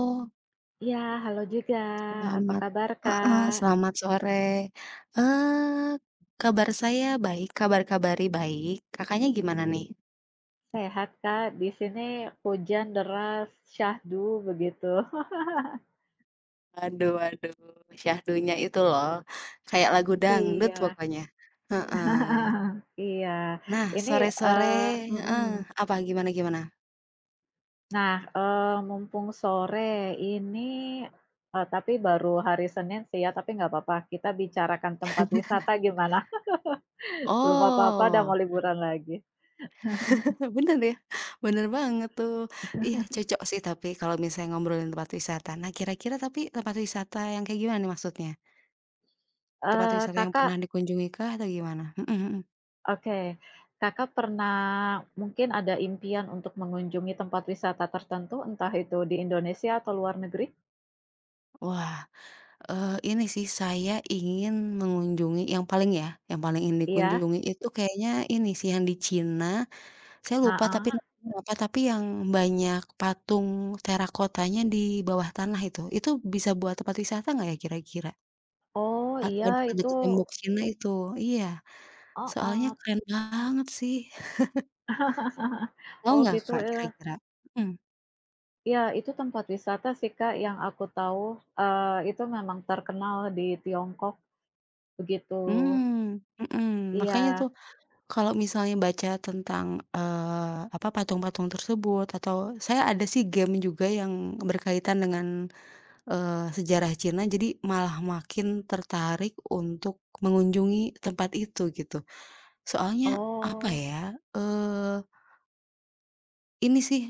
Oh, Ya, halo juga. Apa selamat kabar, heeh, Kak? selamat sore. Eee, Kabar saya baik, kabar-kabari baik. Kakaknya gimana nih? Sehat, Kak? Di sini hujan deras, syahdu begitu. Waduh waduh, syahdunya itu loh, kayak lagu dangdut Iya. pokoknya. Heeh. Iya. Nah, Ini, sore-sore eee mhm. heeh, apa gimana gimana? Nah, mumpung sore ini, tapi baru hari Senin sih ya, tapi nggak apa-apa, kita bicarakan tempat wisata gimana? Belum apa-apa, udah Oh, mau liburan lagi. bener ya, bener banget tuh. Iya, cocok sih tapi kalau misalnya ngobrolin tempat wisata. Nah, kira-kira tapi tempat wisata yang kayak gimana nih maksudnya? Tempat Eee, wisata yang pernah Kakak dikunjungi kah atau gimana? Mhm mhm. Oke. Kakak pernah mungkin ada impian untuk mengunjungi tempat wisata tertentu, entah itu di Indonesia atau luar negeri? Wah, ini sih saya ingin mengunjungi yang paling ya, yang paling ingin Iya? dikunjungi itu kayaknya ini sih yang di Cina, saya lupa tapi Heeh. namanya apa, tapi yang banyak patung terakotanya di bawah tanah itu. Itu bisa buat tempat wisata nggak ya kira-kira? Oh, Atau iya itu dekat-dekat tembok Cina itu? Iya, soalnya heeh. keren banget sih. Tahu Oh, nggak gitu, Kak ya, kira-kira? Mhm. iya itu tempat wisata sih, Kak, yang aku tahu, itu memang terkenal di Tiongkok, begitu. Mmm, mhm, makanya Iya. tuh. Kalau misalnya baca tentang, apa, patung-patung tersebut atau saya ada sih game juga yang berkaitan dengan, sejarah Cina, jadi malah makin tertarik untuk mengunjungi tempat itu gitu. Soalnya apa Oh, ya, ini sih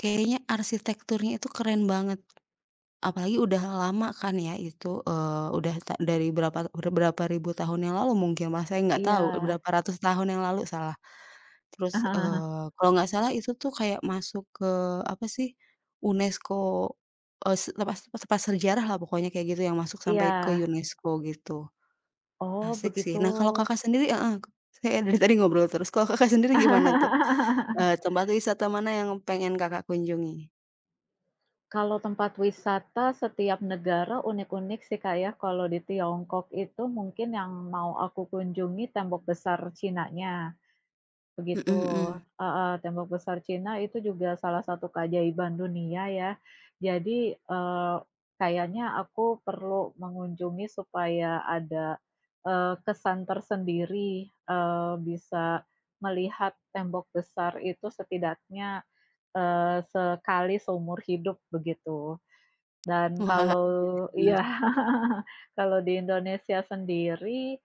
kayaknya arsitekturnya itu keren banget, apalagi udah lama kan ya itu, udah ta dari berapa berapa ribu tahun yang lalu mungkin Mas, saya nggak tahu, iya. berapa ratus tahun yang lalu, salah. Terus, kalau nggak salah itu tuh kayak masuk ke apa sih, UNESCO, se tempat tempat sejarah lah pokoknya kayak gitu yang masuk sampai ke Iya. UNESCO gitu. Oh, Asik sih. begitu. Nah kalau Kakak sendiri heeh, saya dari tadi ngobrol terus. Kalau Kakak sendiri gimana tuh? Tempat wisata mana yang pengen Kakak kunjungi? Kalau tempat wisata setiap negara unik-unik sih, Kak, ya. Kalau di Tiongkok itu mungkin yang mau aku kunjungi tembok besar Cinanya, Mhm begitu. mhm. Heeh, tembok besar Cina itu juga salah satu keajaiban dunia ya. Jadi, kayaknya aku perlu mengunjungi supaya ada, kesan tersendiri, bisa melihat tembok besar itu setidaknya, sekali seumur hidup begitu. Dan Wah, kalau iya sih bener. iya, kalau di Indonesia sendiri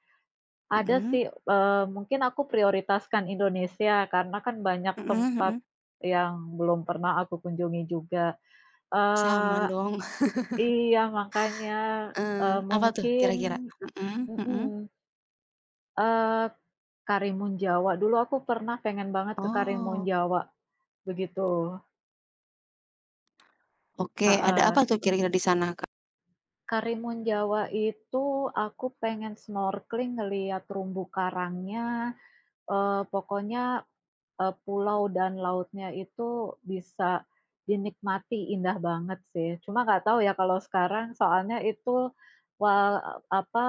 ada Mhm. sih, mungkin aku prioritaskan Indonesia karena kan banyak Mhm tempat mhm. yang belum pernah aku kunjungi juga. Sama Eee, dong. iya makanya, Heeh. Apa tuh mungkin kira-kira? Mhm mhm. mhm, eee, Karimun Jawa, dulu aku pernah pengen banget ke Karimun Oh, Jawa, begitu. oke. Ada apa Heeh. tuh kira-kira di sana? Karimun Jawa itu aku pengen snorkeling ngelihat terumbu karangnya, pokoknya, pulau dan lautnya itu bisa dinikmati indah banget sih. Cuma nggak tahu ya kalau sekarang soalnya itu wa apa,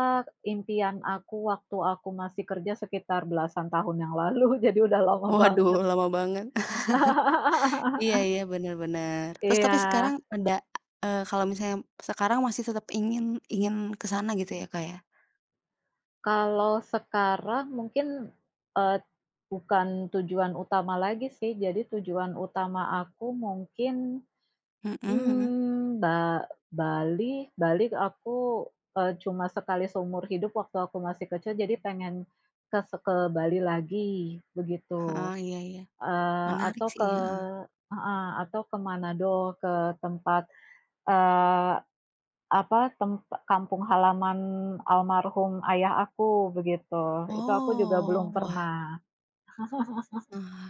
impian aku waktu aku masih kerja sekitar belasan tahun yang lalu, jadi udah lama Waduh, banget. lama banget. Iya iya, benar-benar. Terus tapi Iya, sekarang ada, kalau misalnya sekarang masih tetap ingin ingin ke sana gitu ya, Kak, ya? kalau sekarang mungkin, eee, bukan tujuan utama lagi sih, jadi tujuan utama aku mungkin, Mhm mhm. Mmm, ba Bali Bali aku, cuma sekali seumur hidup waktu aku masih kecil, jadi pengen ke Bali lagi, begitu. Heeh, iya iya. Eee, Menarik atau sih, ke heeh. heeh, atau ke Manado, ke tempat, eee, apa, kampung halaman almarhum ayah aku, begitu. Itu aku juga belum Oh, wah, pernah. heeh.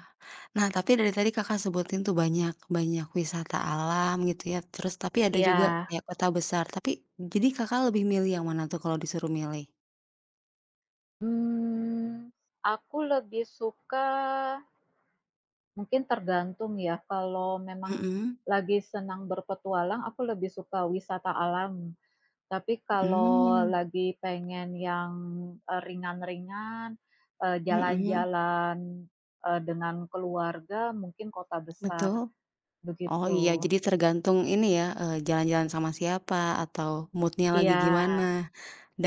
Nah, tapi dari tadi Kakak sebutin tuh banyak banyak wisata alam gitu ya, terus tapi ada Iya. juga kayak kota besar, tapi jadi Kakak lebih milih yang mana tuh kalau disuruh milih? Mmm, aku lebih suka Mungkin tergantung ya, kalau memang Mhm. lagi senang berpetualang, aku lebih suka wisata alam. Tapi kalau Mmm, lagi pengen yang, ringan-ringan, mhm, jalan-jalan, dengan keluarga, mungkin kota betul. besar, Oh iya, begitu. jadi tergantung ini ya, jalan-jalan sama siapa atau moodnya lagi Iya gimana,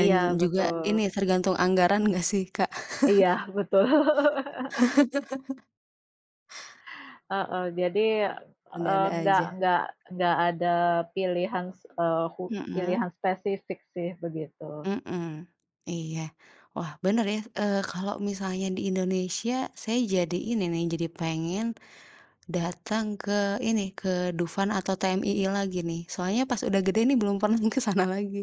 iya, juga ini betul. tergantung anggaran nggak sih, Kak? Iya, betul. Heeh, jadi, Ada-ada eee, nggak aja. nggak nggak ada pilihan s eh, hu Mhm pilihan spesifik sih, begitu. mhm. Iya. Wah bener ya, kalau misalnya di Indonesia saya jadi ini nih, jadi pengen datang ke ini, ke Dufan atau TMII lagi nih. Soalnya pas udah gede nih belum pernah ke sana lagi.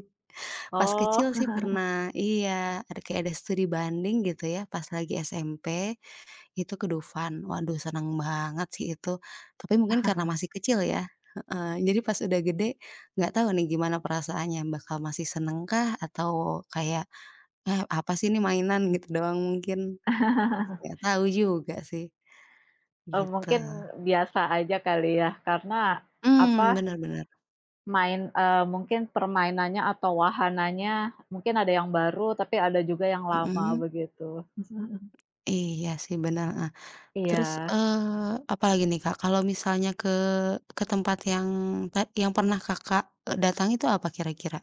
Pas kecil Oh. sih pernah iya, ada kayak ada studi banding gitu ya pas lagi SMP. Itu ke Dufan. Waduh seneng banget sih itu, tapi mungkin karena masih kecil ya, heeh, jadi pas udah gede, nggak tahu nih gimana perasaannya, bakal masih seneng kah atau kayak, "Ah, apa sih ini mainan," gitu doang mungkin, nggak tahu juga sih, Eee, gitu. mungkin biasa aja kali ya, karena apa, Mmm, bener bener, mungkin permainannya atau wahananya mungkin ada yang baru, tapi ada juga yang lama mhm, begitu. iya sih bener, heeh. Terus, Iya, apalagi nih Kak, kalau misalnya ke tempat yang ta yang pernah Kakak, datangi itu apa kira-kira?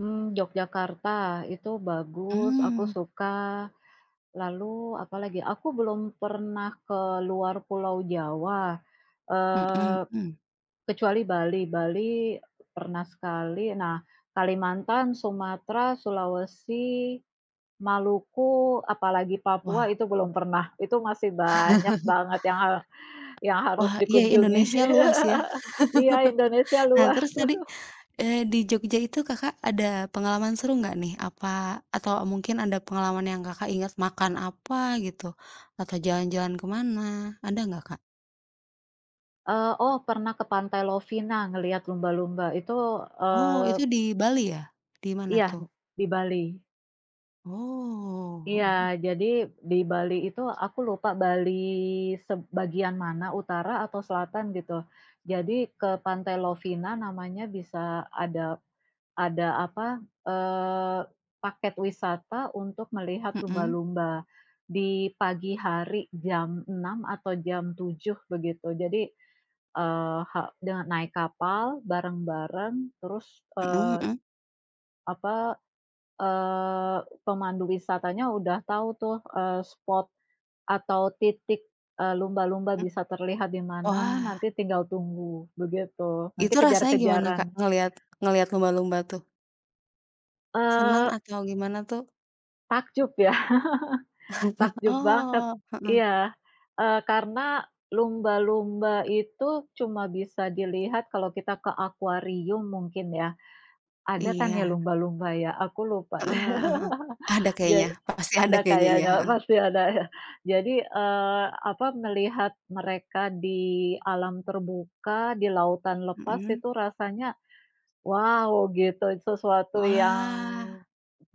Yogyakarta itu bagus, aku Mmm, suka. Lalu apalagi, aku belum pernah ke luar Pulau Jawa, mhm eee, mhm. kecuali Bali. Bali pernah sekali. Nah, Kalimantan, Sumatera, Sulawesi, Maluku, apalagi Papua Wah. itu belum pernah, itu masih banyak banget yang harus Wah, iya dikunjungi. Indonesia luas ya. Iya, Indonesia Nah luas. terus tadi, di Jogja itu Kakak ada pengalaman seru nggak nih? Apa atau mungkin ada pengalaman yang Kakak ingat makan apa gitu? Atau jalan-jalan ke mana? Ada nggak, Kak? Oh, pernah ke Pantai Lovina ngelihat lumba-lumba itu, Oh eee, itu di Bali ya? Di mana iya tuh? di Bali. Oh, mhm Iya, jadi di Bali itu aku lupa Bali sebagian mana, utara atau selatan gitu. Jadi ke Pantai Lovina namanya bisa ada apa, paket wisata untuk melihat mhm, lumba-lumba di pagi hari jam 6 atau jam 7 begitu. Jadi, eee, ha dengan naik kapal bareng-bareng terus, mhm mhm, mhm. apa, eee, pemandu wisatanya udah tahu tuh, spot atau titik, lumba-lumba Mmm. bisa terlihat di mana, Wah, nanti tinggal tunggu, begitu. Nanti itu rasanya gimana, kejar-kejaran. Kak, ngelihat ngelihat lumba-lumba tuh? Senang Eee, atau gimana tuh? takjub ya Takjub banget, Oh, heeh, iya, karena lumba-lumba itu cuma bisa dilihat kalau kita ke akuarium mungkin ya, ada kan ya iya, lumba-lumba ya? Aku lupa heeh deh, heeh heeh. Ada ja kayaknya, pasti ada ada kayaknya, iya, kayaknya, heeh. pasti ada ya. Jadi, apa, melihat mereka di alam terbuka, di lautan lepas Mhm. itu rasanya wow, gitu. Sesuatu yang Wah,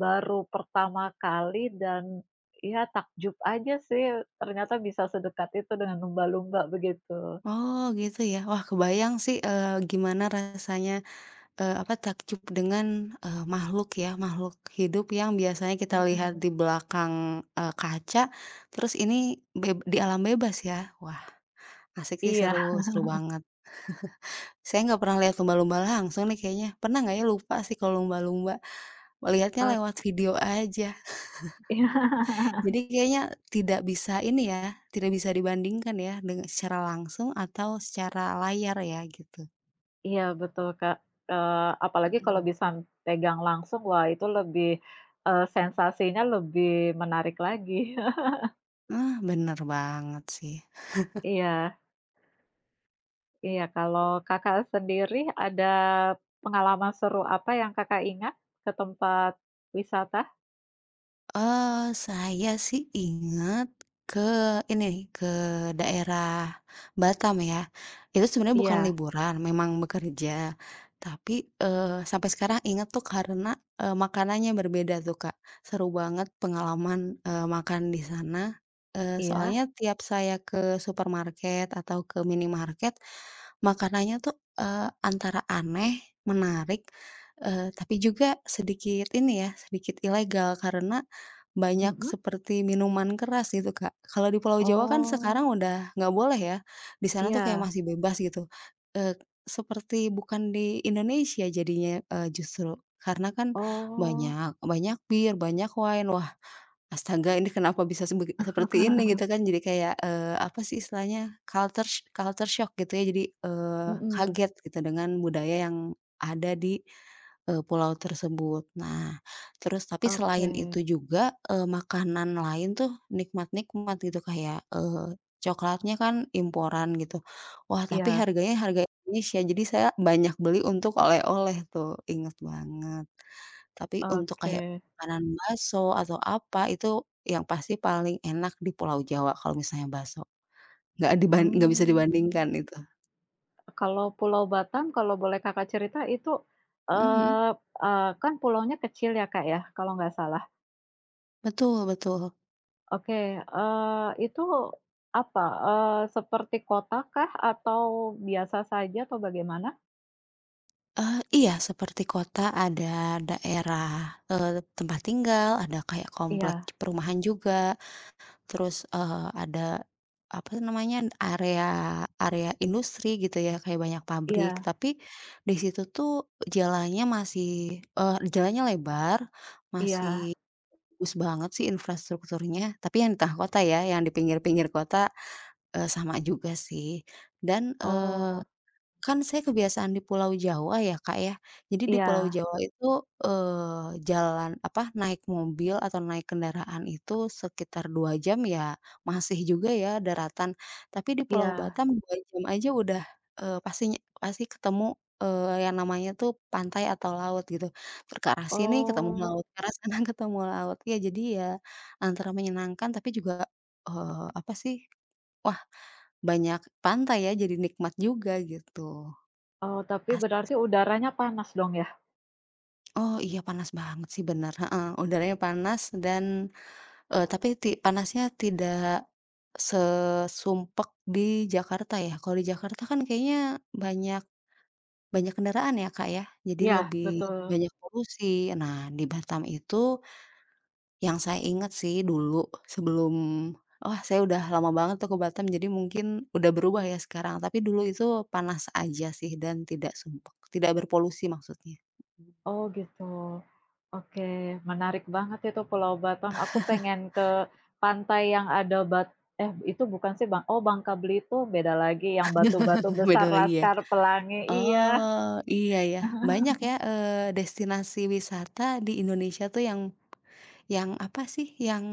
baru pertama kali dan ya takjub aja sih ternyata bisa sedekat itu dengan lumba-lumba begitu. oh gitu ya. Wah kebayang sih, gimana rasanya, apa, takjub dengan, makhluk ya, makhluk hidup yang biasanya kita lihat Mhm. di belakang, kaca, terus ini beb di alam bebas ya. Wah asik sih, seru Iya, seru banget. Saya nggak pernah lihat lumba-lumba langsung nih kayaknya. Pernah nggak ya? Lupa sih kalau lumba-lumba, melihatnya ok. lewat video aja. Jadi kayaknya tidak bisa ini ya, tidak bisa dibandingkan ya dengan secara langsung atau secara layar ya gitu. Iya betul, Kak, apalagi kalau Mhm. bisa pegang langsung, wah itu lebih, sensasinya lebih menarik lagi. Ah, bener banget sih. Iya iya, kalau Kakak sendiri ada pengalaman seru apa yang Kakak ingat ke tempat wisata? Saya sih inget ke ini, ke daerah Batam ya. Itu sebenarnya bukan Iya liburan, memang bekerja. Tapi, sampai sekarang inget tuh karena, makanannya berbeda tuh, Kak. Seru banget pengalaman, makan di sana, iya. soalnya tiap saya ke supermarket atau ke minimarket. Makanannya tuh, antara aneh, menarik, tapi juga sedikit ini ya, sedikit ilegal karena banyak Mhm. seperti minuman keras gitu, Kak. Kalau di Pulau Jawa kan Oh, sekarang udah nggak boleh ya, di sana tuh kayak iya. masih bebas gitu, eee, seperti bukan di Indonesia jadinya, justru. Karena kan Oh. banyak banyak bir, banyak wine, wah. Astaga ini kenapa bisa sebeg seperti ini gitu kan jadi kayak, apa sih istilahnya culture sh culture shock gitu ya jadi, Mhm. kaget gitu dengan budaya yang ada di, pulau tersebut. Nah terus tapi Oke. selain itu juga, makanan lain tuh nikmat-nikmat gitu kayak, coklatnya kan imporan gitu. Wah tapi Iya, harganya harga Indonesia jadi saya banyak beli untuk oleh-oleh tuh, inget banget. Tapi untuk oke. kayak makanan bakso atau apa, itu yang pasti paling enak di Pulau Jawa kalau misalnya bakso. Nggak diban nggak bisa hmm dibandingkan itu. kalau Pulau Batam kalau boleh Kakak cerita itu, Mhm mhm. eh kan pulaunya kecil ya, Kak, ya, kalau nggak salah? Betul betul. Oke, itu apa, seperti kota kah atau biasa saja atau bagaimana? Iya seperti kota ada daerah, tempat tinggal, ada kayak komplek Iya perumahan juga, terus, ada apa namanya, area area industri gitu ya, kayak banyak pabrik. iya Tapi di situ tuh jalannya masih jalannya lebar, iya. masih. Bagus banget sih infrastrukturnya, tapi yang di tengah kota ya, yang di pinggir-pinggir kota, sama juga sih. Dan, eee. Oh, Kan saya kebiasaan di Pulau Jawa ya, Kak, ya. Jadi di Pulau iya Jawa itu, jalan apa, naik mobil atau naik kendaraan itu sekitar 2 jam ya masih juga ya daratan. Tapi di Pulau iya. Batam 2 jam aja udah, pastinya pasti ketemu, yang namanya tuh pantai atau laut gitu. Ter ke arah sini ketemu Oh. laut, ke arah sana ketemu laut. Ya jadi ya antara menyenangkan tapi juga, apa sih, wah banyak pantai ya jadi nikmat juga gitu. Oh, tapi berarti udaranya panas dong ya? Oh iya panas banget sih benar heeh, udaranya panas dan, tapi ti panasnya tidak sesumpek di Jakarta ya. Kalau di Jakarta kan kayaknya banyak banyak kendaraan ya, Kak, ya, jadi Iya, lebih betul. banyak polusi. Nah, di Batam itu yang saya ingat sih dulu sebelum wah saya udah lama banget tuh ke Batam jadi mungkin udah berubah ya sekarang, tapi dulu itu panas aja sih dan tidak sumpek, tidak berpolusi maksudnya. Oh, gitu. Oke, menarik banget itu Pulau Batam. Aku pengen ke pantai yang ada itu bukan sih oh Bangka Belitung beda lagi yang batu-batu besar Beda lagi ya? Laskar Pelangi, iya. Oh, iya ya, banyak ya, destinasi wisata di Indonesia tuh yang apa sih, yang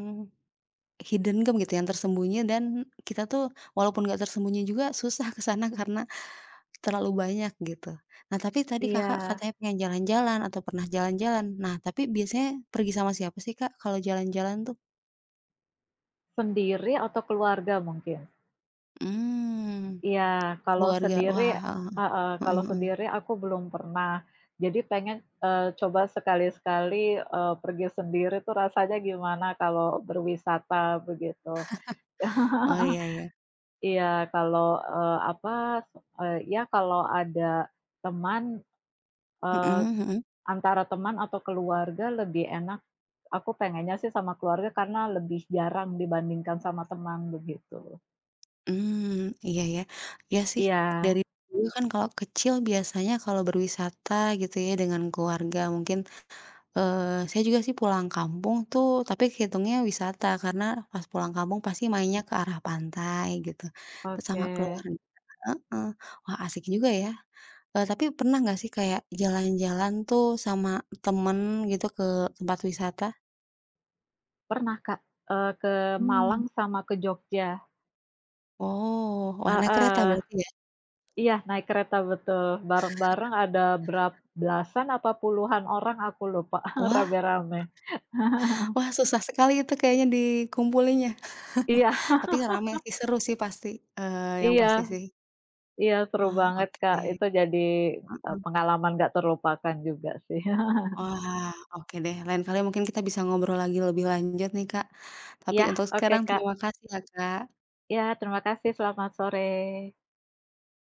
hidden gem gitu, yang tersembunyi dan kita tuh walaupun nggak tersembunyi juga susah ke sana karena terlalu banyak gitu. Nah, tapi tadi Kakak Iya. katanya pengen jalan-jalan atau pernah jalan-jalan. Nah, tapi biasanya pergi sama siapa sih, Kak, kalau jalan-jalan tuh? Sendiri atau keluarga mungkin? Mmm, Iya, kalau keluarga. sendiri Wah, heeh, heeh kalau sendiri heeh. aku belum pernah. Jadi pengen, coba sekali-sekali, pergi sendiri tuh rasanya gimana kalau berwisata begitu. Oh, iya ya. Iya, kalau, apa, ya kalau ada teman, eee, antara teman atau keluarga lebih enak, aku pengennya sih sama keluarga karena lebih jarang dibandingkan sama teman begitu. Mmm, iya ya. Iya sih, Iya, dari kan kalau kecil biasanya kalau berwisata gitu ya dengan keluarga mungkin, saya juga sih pulang kampung tuh tapi hitungnya wisata karena pas pulang kampung pasti mainnya ke arah pantai gitu, terus sama oke. keluarga heeh. Wah asik juga ya. Tapi pernah nggak sih kayak jalan-jalan tuh sama temen gitu ke tempat wisata? Pernah Kak, ke Mmm. Malang sama ke Jogja. Oh, wah naik kereta Heeh, berarti ya? iya naik kereta betul, bareng-bareng ada berap belasan apa puluhan orang aku lupa, Wah rame-rame. wah susah sekali itu kayaknya dikumpulinnya. Iya Tapi rame sih, seru sih pasti, yang pasti iya sih. iya seru Oh, banget Kak, oke. itu jadi, pengalaman nggak terlupakan juga sih. Wah, oke deh, lain kali mungkin kita bisa ngobrol lagi lebih lanjut nih, Kak. Tapi Iya, untuk oke sekarang Kak. terima kasih ya, Kak. Iya terima kasih, selamat sore.